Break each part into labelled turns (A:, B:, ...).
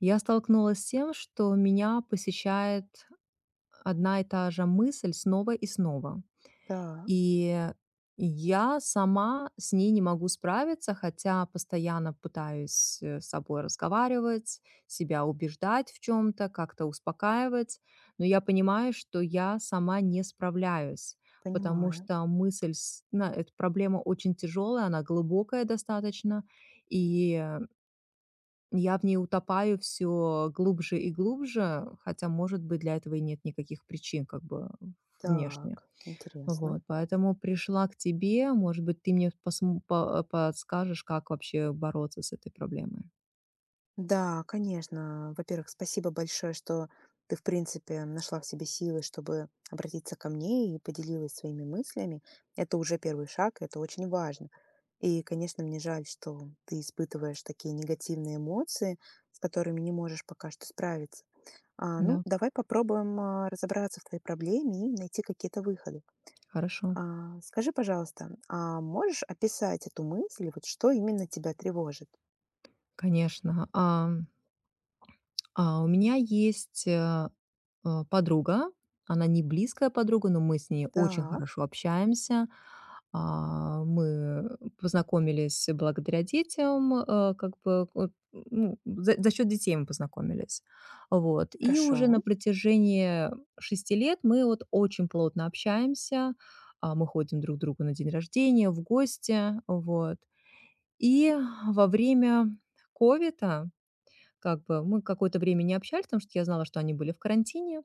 A: Я столкнулась с тем, что меня посещает одна и та же мысль снова и снова.
B: Так,
A: И я сама с ней не могу справиться, хотя постоянно пытаюсь с собой разговаривать, себя убеждать в чем-то, как-то успокаивать, но я понимаю, что я сама не справляюсь, потому
B: понимаю.
A: что мысль, эта проблема очень тяжелая, она глубокая достаточно, и я в ней утопаю все глубже и глубже, хотя, может быть, для этого и нет никаких причин как бы внешне.
B: Так, интересно.
A: Вот, поэтому пришла к тебе, может быть, ты мне посм по подскажешь, как вообще бороться с этой проблемой.
B: Да, конечно. Во-первых, спасибо большое, что ты, в принципе, нашла в себе силы, чтобы обратиться ко мне и поделилась своими мыслями. Это уже первый шаг, это очень важно. И, конечно, мне жаль, что ты испытываешь такие негативные эмоции, с которыми не можешь пока что справиться. Ну,
A: Да,
B: давай попробуем разобраться в твоей проблеме и найти какие-то выходы.
A: хорошо,
B: Скажи, пожалуйста, а можешь описать эту мысль, вот что именно тебя тревожит?
A: конечно. У меня есть, подруга. Она не близкая подруга, но мы с ней очень
B: Так,
A: хорошо общаемся. Мы познакомились благодаря детям, как бы, вот, ну, за счёт детей мы познакомились. Вот. И уже на
B: хорошо,
A: протяжении 6 лет мы вот очень плотно общаемся. Мы ходим друг к другу на день рождения, в гости, вот. И во время ковида как бы мы какое-то время не общались, потому что я знала, что они были в карантине.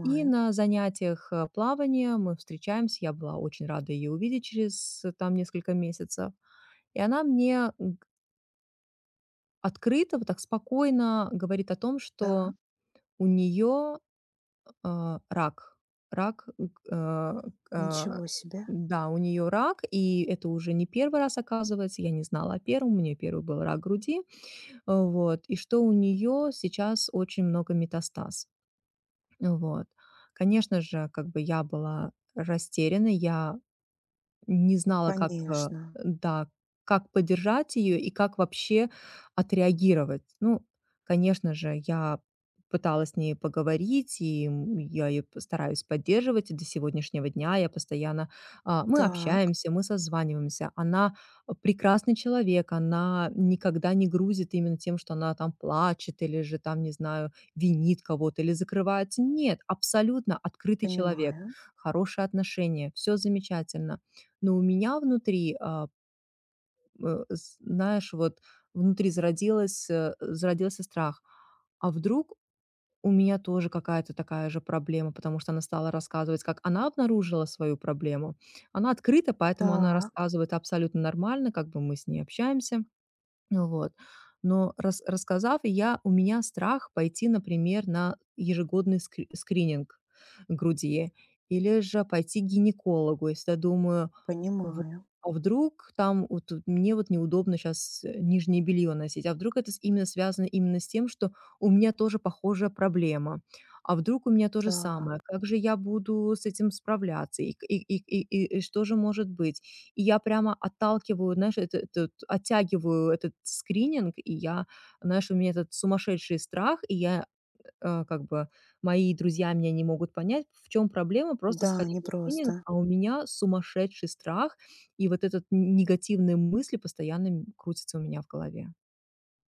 A: И на занятиях, плавания мы встречаемся. Я была очень рада ее увидеть через, там несколько месяцев. И она мне, открыто, вот так спокойно говорит о том,
B: Так,
A: что у нее, рак. Рак, а,
B: ничего себе.
A: да, у нее рак, и это уже не первый раз, оказывается. Я не знала о первом. У меня первый был рак груди. Вот. И что у нее сейчас очень много метастаз. Вот. Конечно же, как бы я была растеряна, я не знала, как,
B: Конечно.
A: да, как поддержать ее и как вообще отреагировать. Ну, конечно же, я пыталась с ней поговорить, и, я ее п стараюсь поддерживать. И до сегодняшнего дня я постоянно, мы
B: Так,
A: общаемся, мы созваниваемся. Она прекрасный человек, она никогда не грузит именно тем, что она там плачет или же там, не знаю, винит кого-то или закрывается. Нет, абсолютно открытый человек,
B: понимаю.
A: хорошие отношения, все замечательно. Но у меня внутри, а, э, з знаешь, вот внутри зародился страх. А вдруг у меня тоже какая-то такая же проблема? Потому что она стала рассказывать, как она обнаружила свою проблему. Она открыта, поэтому она
B: Так,
A: рассказывает абсолютно нормально, как бы мы с ней общаемся. Ну вот. Но рассказав, я у меня страх пойти, например, на ежегодный скрининг груди или же пойти к гинекологу, если я думаю: "Вот,
B: понимаю.
A: а вдруг там вот тут мне вот неудобно сейчас нижнее белье носить, а вдруг это с именно связано именно с тем, что у меня тоже похожая проблема, а вдруг у меня то же самое,
B: Так,
A: как же я буду с этим справляться и к и что же может быть?" И я прямо отталкиваю, знаешь, эт этот оттягиваю этот скрининг, и я, знаешь, у меня этот сумасшедший страх, и я, как бы мои друзья меня не могут понять, в чем проблема, просто
B: да,
A: сходить на скрининг,
B: непросто.
A: а у меня сумасшедший страх, и вот этот н негативные мысли постоянно крутятся у меня в голове.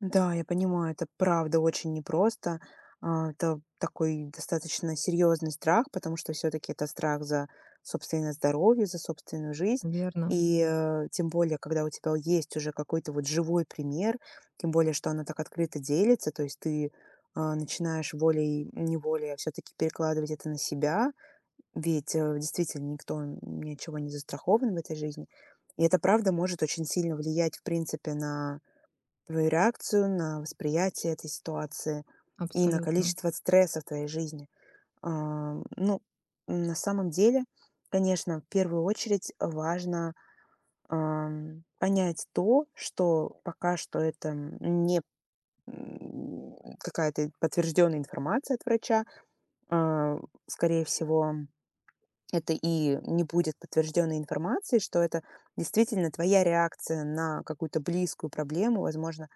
B: Да, я понимаю, это правда очень непросто. Это такой достаточно серьезный страх, потому что все-таки это страх за собственное здоровье, за собственную жизнь.
A: Верно,
B: И тем более, когда у тебя есть уже какой-то вот живой пример, тем более, что она так открыто делится, то есть ты начинаешь волей-неволей все-таки перекладывать это на себя, ведь действительно никто ничего не застрахован в этой жизни. И это правда может очень сильно влиять, в принципе, на твою реакцию на восприятие этой ситуации и на
A: абсолютно
B: количество стресса в твоей жизни. Ну, на самом деле, конечно, в первую очередь важно понять то, что пока что это не какая-то подтвержденная информация от врача. А, Скорее всего, это и не будет подтвержденной информации, что это действительно твоя реакция на какую-то близкую проблему, возможно,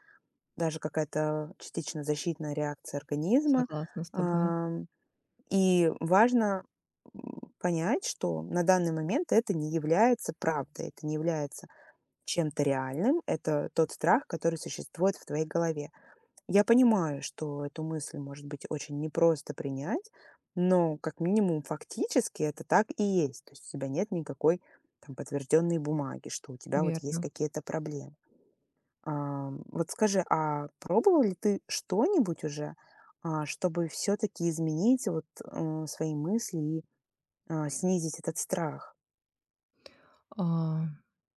B: даже какая-то частично защитная реакция организма.
A: согласна с тобой,
B: Ам, и важно, понять, что на данный момент это не является правдой, это не является чем-то реальным, это тот страх, который существует в твоей голове. Я понимаю, что эту мысль может быть очень непросто принять, но как минимум фактически это так и есть. То есть у тебя нет никакой там подтвержденной бумаги, что у тебя вот есть
A: верно.
B: какие-то проблемы. Вот скажи, а пробовал ли ты что-нибудь уже, чтобы все-таки изменить вот свои мысли и снизить этот страх?
A: А,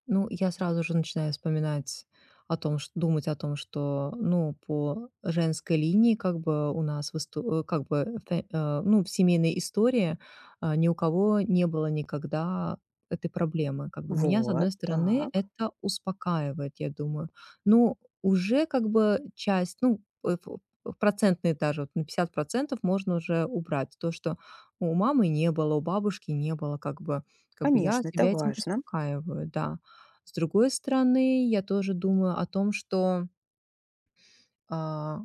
A: ну, я сразу же начинаю вспоминать о том, чт думать о том, что, ну, по женской линии как бы у нас как бы, ну, в семейной истории, ни у кого не было никогда этой проблемы. Как бы меня, с
B: Вот,
A: одной стороны,
B: так.
A: это успокаивает, я думаю. Ну, уже как бы часть, ну, э, ф процентные даже, вот на 50% можно уже убрать. То, что у мамы не было, у бабушки не было, как бы, я
B: Конечно, это
A: себя этим
B: важно.
A: успокаиваю, да. С другой стороны, я тоже думаю о том, что, а,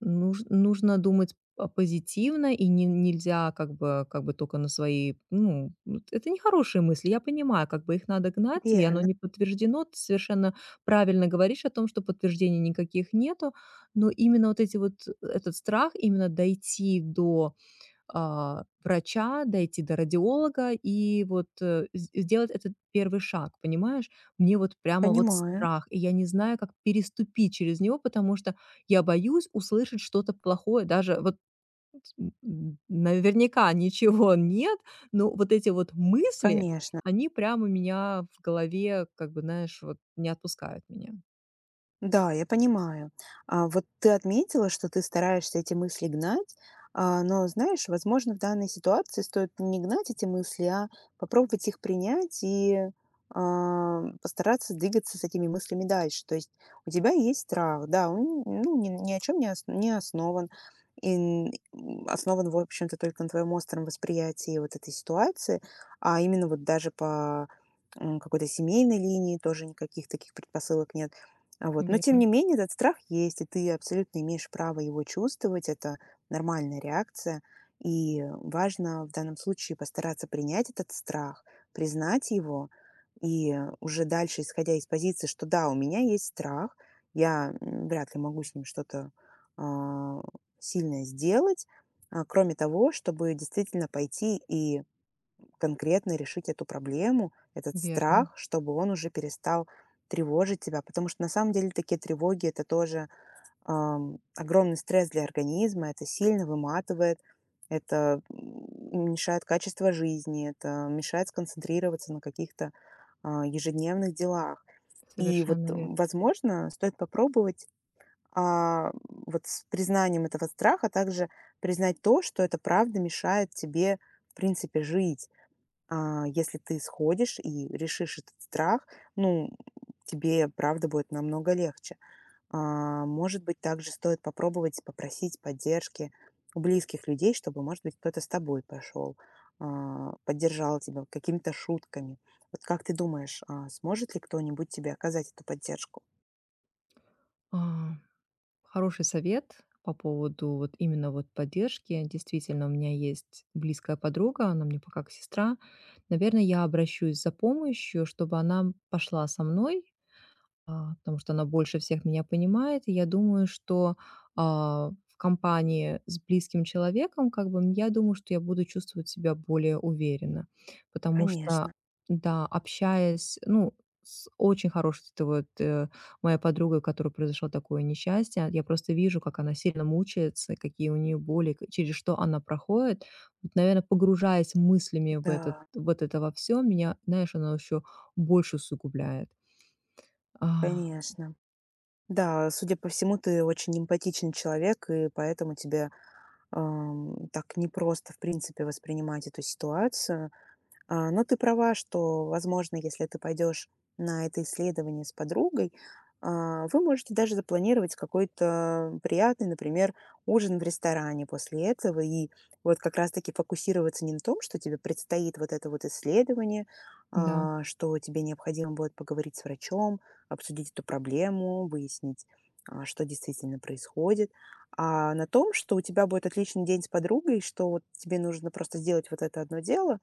A: нужно думать, позитивно, и не нельзя как бы только на свои, ну, вот это не хорошие мысли, я понимаю, как бы их надо гнать, и оно
B: Верно.
A: не подтверждено. Ты совершенно правильно говоришь о том, что подтверждений никаких нету, но именно вот эти вот этот страх именно дойти до врача, дойти до радиолога и вот, э, с сделать этот первый шаг, понимаешь? Мне вот прямо вот
B: Понимаю.
A: страх, и я не знаю, как переступить через него, потому что я боюсь услышать что-то плохое, даже вот, наверняка ничего нет, но вот эти вот мысли,
B: Конечно.
A: они прямо у меня в голове, как бы, знаешь, вот не отпускают меня.
B: Да, я понимаю. Вот ты отметила, что ты стараешься эти мысли гнать, но, знаешь, возможно, в данной ситуации стоит не гнать эти мысли, а попробовать их принять и постараться двигаться с этими мыслями дальше. То есть у тебя есть страх, да, он ну, ни о чем не, не основан. И основан, в общем-то, только на твоем остром восприятии вот этой ситуации, а именно вот даже по какой-то семейной линии тоже никаких таких предпосылок нет а вот. Но тем
A: Верно,
B: не менее этот страх есть, и ты абсолютно имеешь право его чувствовать. Это нормальная реакция. И важно в данном случае постараться принять этот страх, признать его, и уже дальше, исходя из позиции, что да, у меня есть страх, я вряд ли могу с ним что-то а, сильное сделать, кроме того, чтобы действительно пойти и конкретно решить эту проблему, этот
A: верно,
B: страх, чтобы он уже перестал тревожить тебя. Потому что на самом деле такие тревоги это тоже огромный стресс для организма, это сильно выматывает, это мешает качество жизни, это мешает сконцентрироваться на каких-то ежедневных делах. И вот,
A: совершенно верно.
B: возможно, стоит попробовать вот с признанием этого страха также признать то, что это правда мешает тебе, в принципе, жить. Если ты сходишь и решишь этот страх, ну, тебе, правда, будет намного легче. Может быть, также стоит попробовать попросить поддержки у близких людей, чтобы, может быть, кто-то с тобой пошел, поддержал тебя какими-то шутками. Вот как ты думаешь, сможет ли кто-нибудь тебе оказать эту поддержку?
A: А. Хороший совет по поводу вот именно вот поддержки. Действительно, у меня есть близкая подруга, она мне пока как сестра. Наверное, я обращусь за помощью, чтобы она пошла со мной, потому что она больше всех меня понимает. И я думаю, что, в компании с близким человеком, как бы, я думаю, что я буду чувствовать себя более уверенно. Потому что,
B: Конечно,
A: да, общаясь, ну, с очень хорошей, это вот, моя подруга, у которой произошло такое несчастье, я просто вижу, как она сильно мучается, какие у нее боли, к через что она проходит. Вот, наверно, погружаясь мыслями в этот
B: да,
A: вот это во всё, меня, знаешь, она еще больше усугубляет. А.
B: конечно. Да, судя по всему, ты очень эмпатичный человек, и поэтому тебе так непросто, в принципе, воспринимать эту ситуацию. Но ты права, что, возможно, если ты пойдешь на это исследование с подругой, вы можете даже запланировать какой-то приятный, например, ужин в ресторане после этого и вот как раз-таки фокусироваться не на том, что тебе предстоит вот это вот исследование,
A: Да,
B: что тебе необходимо будет поговорить с врачом, обсудить эту проблему, выяснить, что действительно происходит, а на том, что у тебя будет отличный день с подругой, что вот тебе нужно просто сделать вот это одно дело,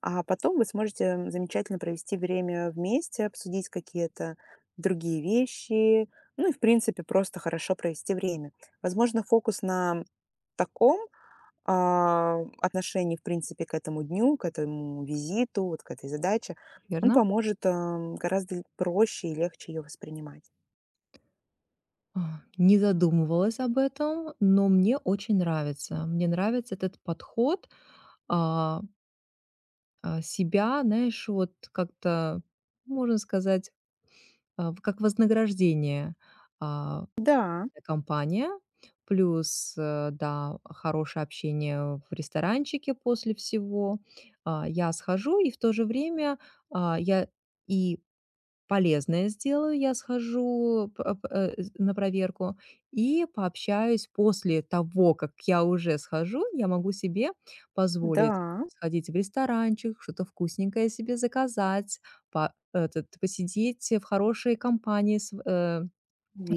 B: а потом вы сможете замечательно провести время вместе, обсудить какие-то другие вещи, ну и, в принципе, просто хорошо провести время. Возможно, фокус на таком отношении, в принципе, к этому дню, к этому визиту, вот к этой задаче, он
A: верно.
B: поможет гораздо проще и легче ее воспринимать.
A: Не задумывалась об этом, но мне очень нравится. Мне нравится этот подход, а, себя, знаешь, вот как-то, можно сказать, как вознаграждение, а,
B: Да,
A: компания, плюс, да, хорошее общение в ресторанчике после всего. Я схожу, и в то же время, я и полезное сделаю, я схожу п ап э, з на проверку и пообщаюсь после того, как я уже схожу. Я могу себе позволить
B: да,
A: сходить в ресторанчик, что-то вкусненькое себе заказать, посидеть в хорошей компании с в э,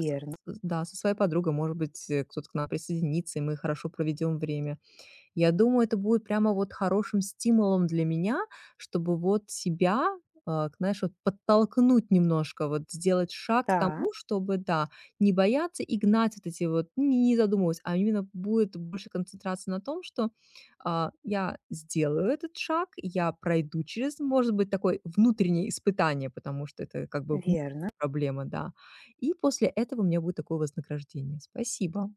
A: с с да, со своей подругой. Может быть, кто-то к нам присоединится, и мы хорошо проведем время. Я думаю, это будет прямо вот хорошим стимулом для меня, чтобы вот себя, знаешь, вот подтолкнуть немножко, вот сделать шаг к
B: Да,
A: тому, чтобы, да, не бояться и гнать вот эти вот, ну, не задумываясь, а именно будет больше концентрация на том, что, я сделаю этот шаг, я пройду через, может быть, такое внутреннее испытание, потому что это как бы внутренняя
B: верно.
A: проблема, да. И после этого у меня будет такое вознаграждение. Спасибо.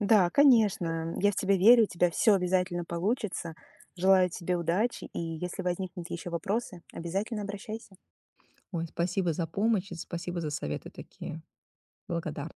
B: Да, конечно, я в тебя верю, у тебя все обязательно получится. Желаю тебе удачи, и если возникнут еще вопросы, обязательно обращайся.
A: Ой, спасибо за помощь и спасибо за советы такие. Благодарна.